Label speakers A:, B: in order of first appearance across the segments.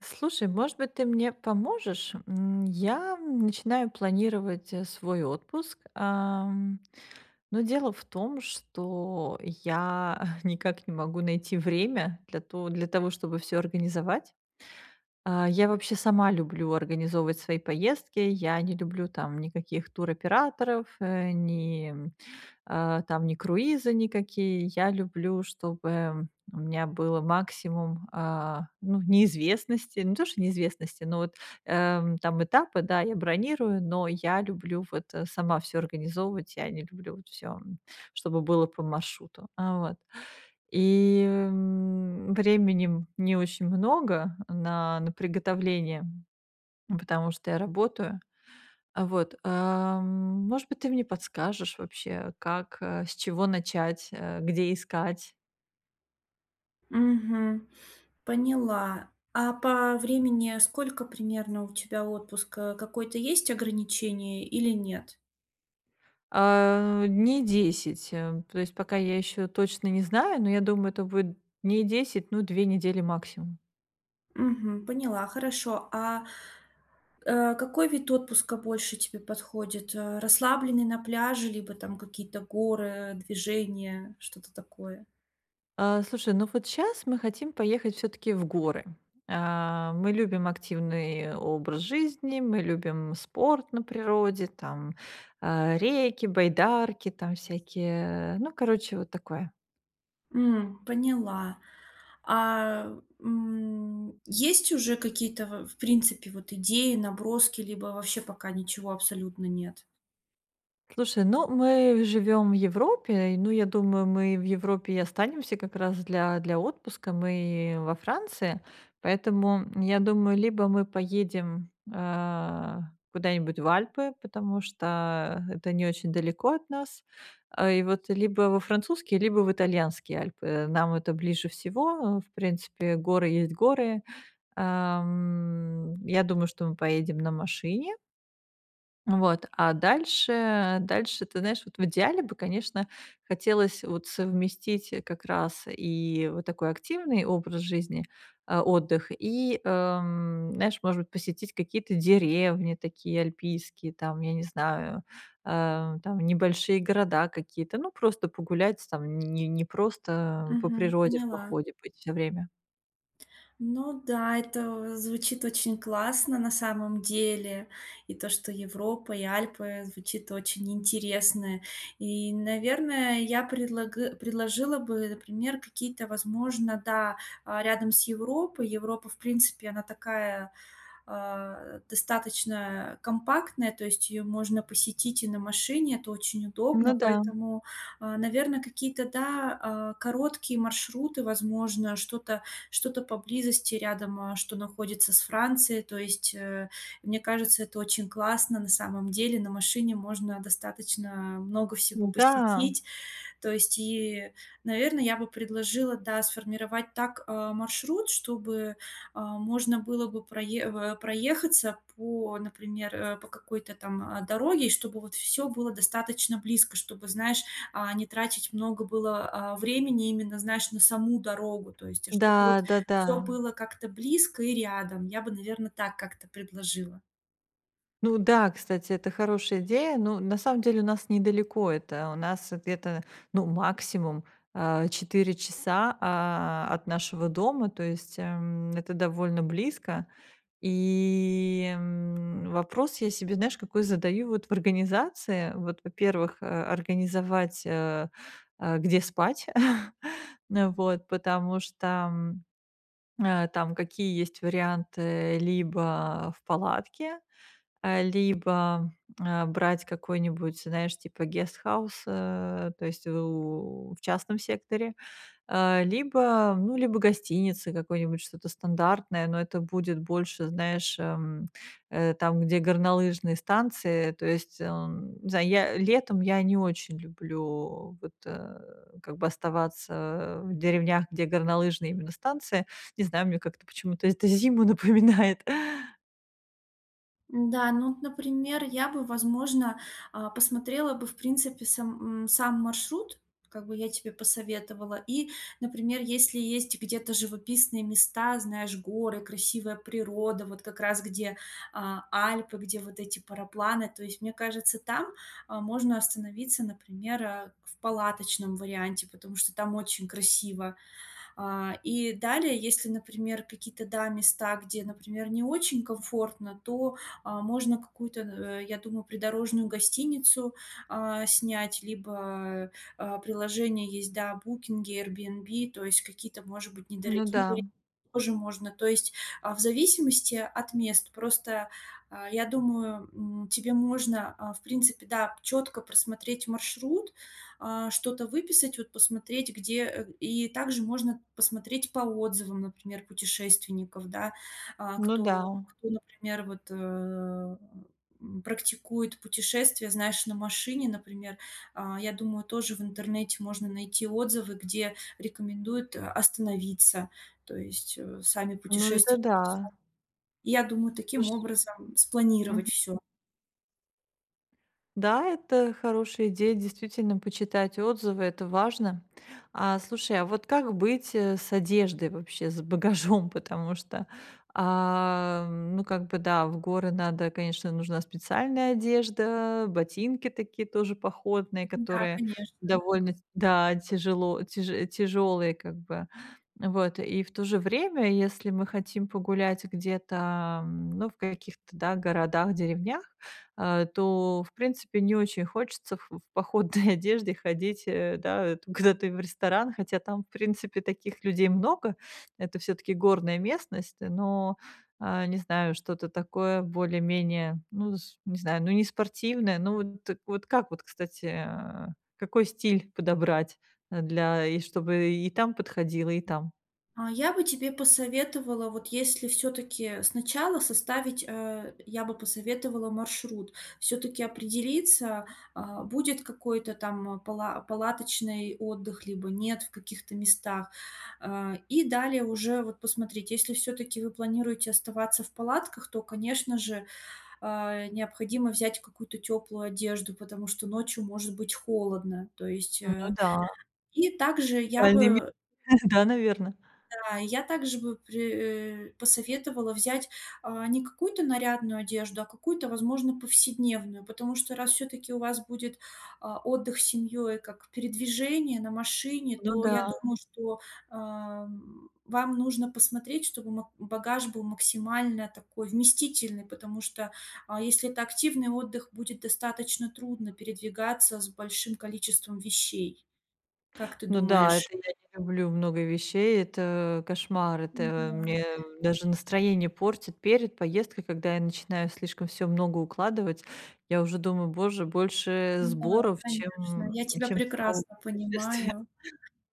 A: Слушай, может быть, ты мне поможешь? Я начинаю планировать свой отпуск. Но дело в том, что я никак не могу найти время для того, чтобы все организовать. Я вообще сама люблю организовывать свои поездки. Я не люблю там никаких туроператоров, э, ни, м, а, там ни круизы никакие. Я люблю, чтобы у меня было максимум, ну, неизвестности. Не то, что неизвестности, но вот, там этапы, да, я бронирую, но я люблю вот, сама все организовывать. Я не люблю вот все, чтобы было по маршруту. Вот. Временем не очень много на приготовление, потому что я работаю. А, вот, ам, Может быть, ты мне подскажешь вообще, как, с чего начать, где искать?
B: Мгм. Поняла. А по времени сколько примерно у тебя отпуск? Какое-то есть ограничение или нет?
A: Дней 10, то есть пока я еще точно не знаю, но я думаю, это будет дней 10, ну, 2 недели максимум.
B: Мгм. Поняла, хорошо. А какой вид отпуска больше тебе подходит? Расслабленный на пляже, либо там какие-то горы, движения, что-то такое?
A: Слушай, ну вот сейчас мы хотим поехать все-таки в горы. Мы любим активный образ жизни, мы любим спорт на природе, там реки, байдарки, там всякие, ну, короче, вот такое.
B: Поняла. А есть уже какие-то, в принципе, вот идеи, наброски, либо вообще пока ничего абсолютно нет?
A: Слушай, ну мы живем в Европе, и, ну я думаю, мы в Европе и останемся как раз для отпуска, мы во Франции, поэтому я думаю, либо мы поедем куда-нибудь в Альпы, потому что это не очень далеко от нас. И вот либо во французские, либо в итальянские Альпы, нам это ближе всего, в принципе, горы есть горы. Я думаю, что мы поедем на машине, вот, а дальше, ты знаешь, вот в идеале бы, конечно, хотелось вот совместить как раз и вот такой активный образ жизни, отдых, и, знаешь, может быть, посетить какие-то деревни такие альпийские, там, я не знаю, там небольшие города какие-то, ну, просто погулять там, не просто по
B: Мгм.
A: природе в
B: Поняла.
A: походе быть всё время.
B: Ну да, это звучит очень классно на самом деле. И то, что Европа и Альпы звучит очень интересно. И, наверное, предложила бы, например, какие-то, возможно, да, рядом с Европой. Европа, в принципе, она такая достаточно компактная, то есть ее можно посетить и на машине, это очень
A: Ну
B: удобно,
A: да,
B: поэтому, наверное, какие-то, да, короткие маршруты, возможно, что-то поблизости рядом, а что находится с Францией, то есть, мне кажется, это очень классно на самом деле. На машине можно достаточно много всего
A: да,
B: посетить, то есть и, наверное, я бы предложила, да, сформировать так, маршрут, чтобы, а, можно было бы проехаться по, например, по какой-то там, дороге, и чтобы вот все было достаточно близко, чтобы, знаешь, не тратить много было, времени именно, знаешь, на саму дорогу. То есть, а чтобы вот
A: да-да-да.
B: все было как-то близко и рядом. Я бы, наверное, так как-то предложила.
A: Ну да, кстати, это хорошая идея. Ну, на самом деле у нас недалеко это. У нас где-то, ну, максимум 4 часа от нашего дома, то есть это довольно близко. Вопрос я себе, знаешь, какой задаю вот в организации. Вот, во-первых, организовать, где спать. Ну вот, потому что там какие есть варианты: либо в палатке, либо, брать какой-нибудь, знаешь, типа гестхаус, то есть у в частном секторе, либо, ну, либо гостиницы какой-нибудь, что-то стандартное, но это будет больше, знаешь, там, где горнолыжные станции. То есть, не знаю, я летом я не очень люблю вот, как бы оставаться в деревнях, где горнолыжные именно станции. Не знаю, мне как-то почему-то это зиму напоминает.
B: Да, ну, вот, например, я бы, возможно, посмотрела бы, в принципе, сам, сам маршрут, как бы я тебе посоветовала. И, например, если есть где-то живописные места, знаешь, горы, красивая природа, вот как раз где Альпы, где вот эти парапланы, то есть, мне кажется, там можно остановиться, например, в палаточном варианте, потому что там очень красиво. А и далее, если, например, какие-то, да, места, где, например, не очень комфортно, то, можно какую-то, я думаю, придорожную гостиницу, снять, либо, приложения есть, да, Booking, "Airbnb", то есть какие-то, может быть,
A: Ну да,
B: недорогие варианты тоже можно. То есть, в зависимости от мест. Просто, я думаю, тебе можно, в принципе, да, четко просмотреть маршрут, что-то выписать, вот посмотреть, где и также можно посмотреть по отзывам, например, путешественников, да,
A: ну да.
B: кто, например, практикует путешествия, знаешь, на машине, например, я думаю, тоже в интернете можно найти отзывы, где рекомендуют остановиться, то есть сами
A: Ну это
B: путешественники.
A: да.
B: И я думаю,
A: Слуш
B: таким образом
A: Мгм.
B: спланировать все.
A: Да, это хорошая идея, действительно, почитать отзывы, это важно. Слушай, а вот как быть с одеждой вообще, с багажом? Потому что, ну, как бы, да, в горы надо, конечно, нужна специальная одежда, ботинки такие тоже походные,
B: Да,
A: которые
B: конечно.
A: довольно, да, тяжелые, как бы. Вот, и в то же время, если мы хотим погулять где-то, ну, в каких-то, да, городах, деревнях, то, в принципе, не очень хочется в походной одежде ходить, да, т куда ты в ресторан, хотя там, в принципе, таких людей много. Это все таки горная местность, но, не знаю, что-то такое более-менее, ну, с не знаю, ну, не спортивное. Ну, вот так вот как вот, кстати, какой стиль подобрать, для и чтобы и там подходило, и там?
B: А, я бы тебе посоветовала, вот если все таки сначала составить, я бы посоветовала маршрут. Все таки определиться, будет какой-то там палаточный отдых, либо нет в каких-то местах. А и далее уже вот посмотреть. Если все таки вы планируете оставаться в палатках, то, конечно же, необходимо взять какую-то теплую одежду, потому что ночью может быть холодно. То есть,
A: Ну да,
B: и также я
A: спальный ме
B: бы,
A: да, наверное.
B: а, я также бы при э, посоветовала взять, не какую-то нарядную одежду, а какую-то, возможно, повседневную, потому что раз все таки у вас будет, отдых с семьей как передвижение на машине,
A: Ну
B: то
A: да.
B: я думаю, что, вам нужно посмотреть, чтобы мак багаж был максимально такой вместительный, потому что, если это активный отдых, будет достаточно трудно передвигаться с большим количеством вещей. Как ты
A: Ну да, это
B: думаешь?
A: я не люблю много вещей, это кошмар, это
B: Да.
A: мне даже настроение портит перед поездкой, когда я начинаю слишком все много укладывать. Я уже думаю: "Боже, больше
B: Да,
A: сборов, чем
B: конечно, я тебя
A: самого
B: прекрасно
A: путешествия".
B: понимаю,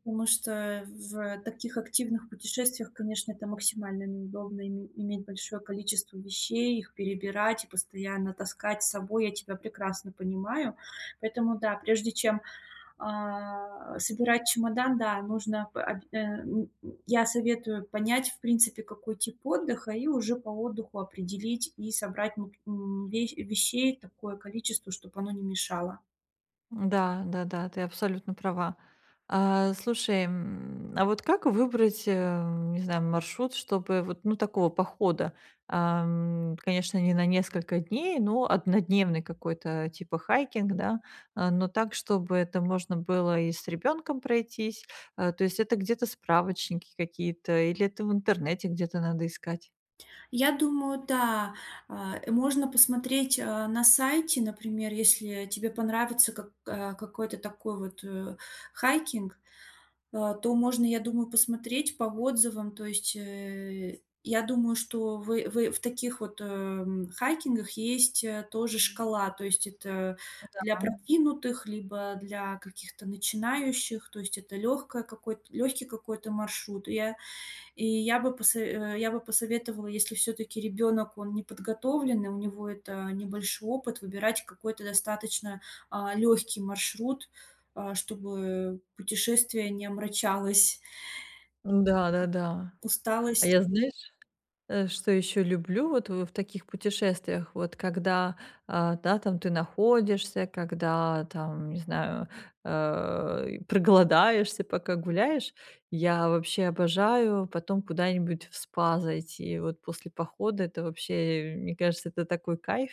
B: потому что в таких активных путешествиях, конечно, это максимально неудобно иметь большое количество вещей, их перебирать и постоянно таскать с собой. Я тебя прекрасно понимаю. Поэтому да, прежде чем, собирать чемодан, да, нужно п об э, м, я советую понять, в принципе, какой тип отдыха, и уже по отдыху определить и собрать мак м, ве вещей такое количество, чтобы оно не мешало.
A: Да, да-да, ты абсолютно права. Слушай, а вот как выбрать, не знаю, маршрут, чтобы вот, ну, такого похода? Конечно, не на несколько дней, но однодневный какой-то типа хайкинг, да, но так, чтобы это можно было и с ребенком пройтись. То есть это где-то справочники какие-то или это в интернете где-то надо искать?
B: Я думаю, да. Можно посмотреть, на сайте, например, если тебе понравится какой-то такой вот, хайкинг, то можно, я думаю, посмотреть по отзывам. То есть, я думаю, что вы в таких вот, хайкингах есть, тоже шкала. То есть это для
A: А.
B: продвинутых либо для каких-то начинающих. То есть это лёгкое какой-то лёгкий какой-то маршрут. Я бы я бы посоветовала, если все таки ребенок он не подготовленный, у него это небольшой опыт, выбирать какой-то достаточно легкий маршрут, чтобы путешествие не омрачалось.
A: Да, да-да-да. А
B: Усталость.
A: я, знаешь Что еще люблю вот в таких путешествиях, вот когда, да, там ты находишься, когда там, не знаю, проголодаешься, пока гуляешь. Я вообще обожаю потом куда-нибудь в спа зайти. Вот после похода это вообще, мне кажется, это такой кайф.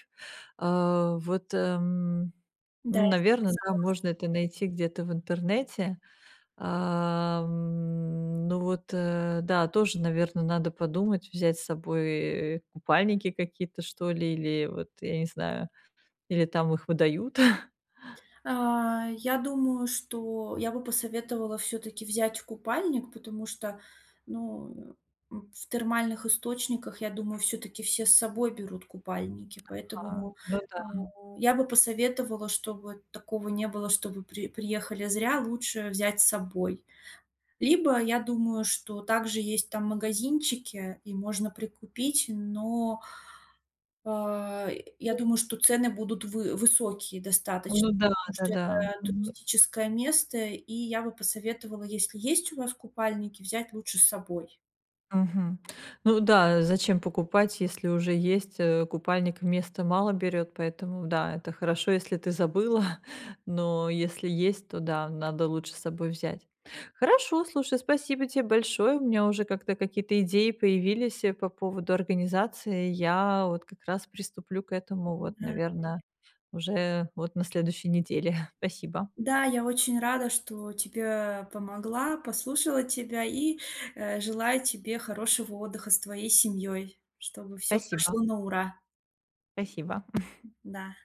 A: А, вот, эм,
B: Да,
A: ну,
B: я с тобой
A: наверное, да,
B: согла
A: можно это найти где-то в интернете. Ну вот, да, тоже, наверное, надо подумать, взять с собой, купальники какие-то, что ли, или вот, я не знаю, или там их выдают.
B: А, я думаю, что я бы посоветовала все таки взять купальник, потому что, ну, в термальных источниках, я думаю, все таки все с собой берут купальники.
A: А,
B: Поэтому,
A: ну да,
B: а, я бы посоветовала, чтобы такого не было, чтобы приехали зря, лучше взять с собой. Либо, я думаю, что также есть там магазинчики и можно прикупить, но а, я
A: ну
B: думаю, что цены будут вы высокие достаточно,
A: ну да,
B: потому что
A: да-да.
B: это
A: Мгм.
B: туристическое место, и я бы посоветовала, если есть у вас купальники, взять лучше с собой.
A: Мгм. Ну да, зачем покупать, если уже есть, купальник, места мало берет, поэтому да, это хорошо, если ты забыла, но если есть, то да, надо лучше с собой взять. Хорошо, слушай, спасибо тебе большое. У меня уже как-то какие-то идеи появились, по поводу организации. Я вот как раз приступлю к этому вот,
B: Да.
A: наверное, уже вот на следующей неделе. Спасибо.
B: Да, я очень рада, что тебе помогла, послушала тебя и, желаю тебе хорошего отдыха с твоей семьей, чтобы все
A: Спасибо.
B: прошло на ура.
A: Спасибо.
B: Да.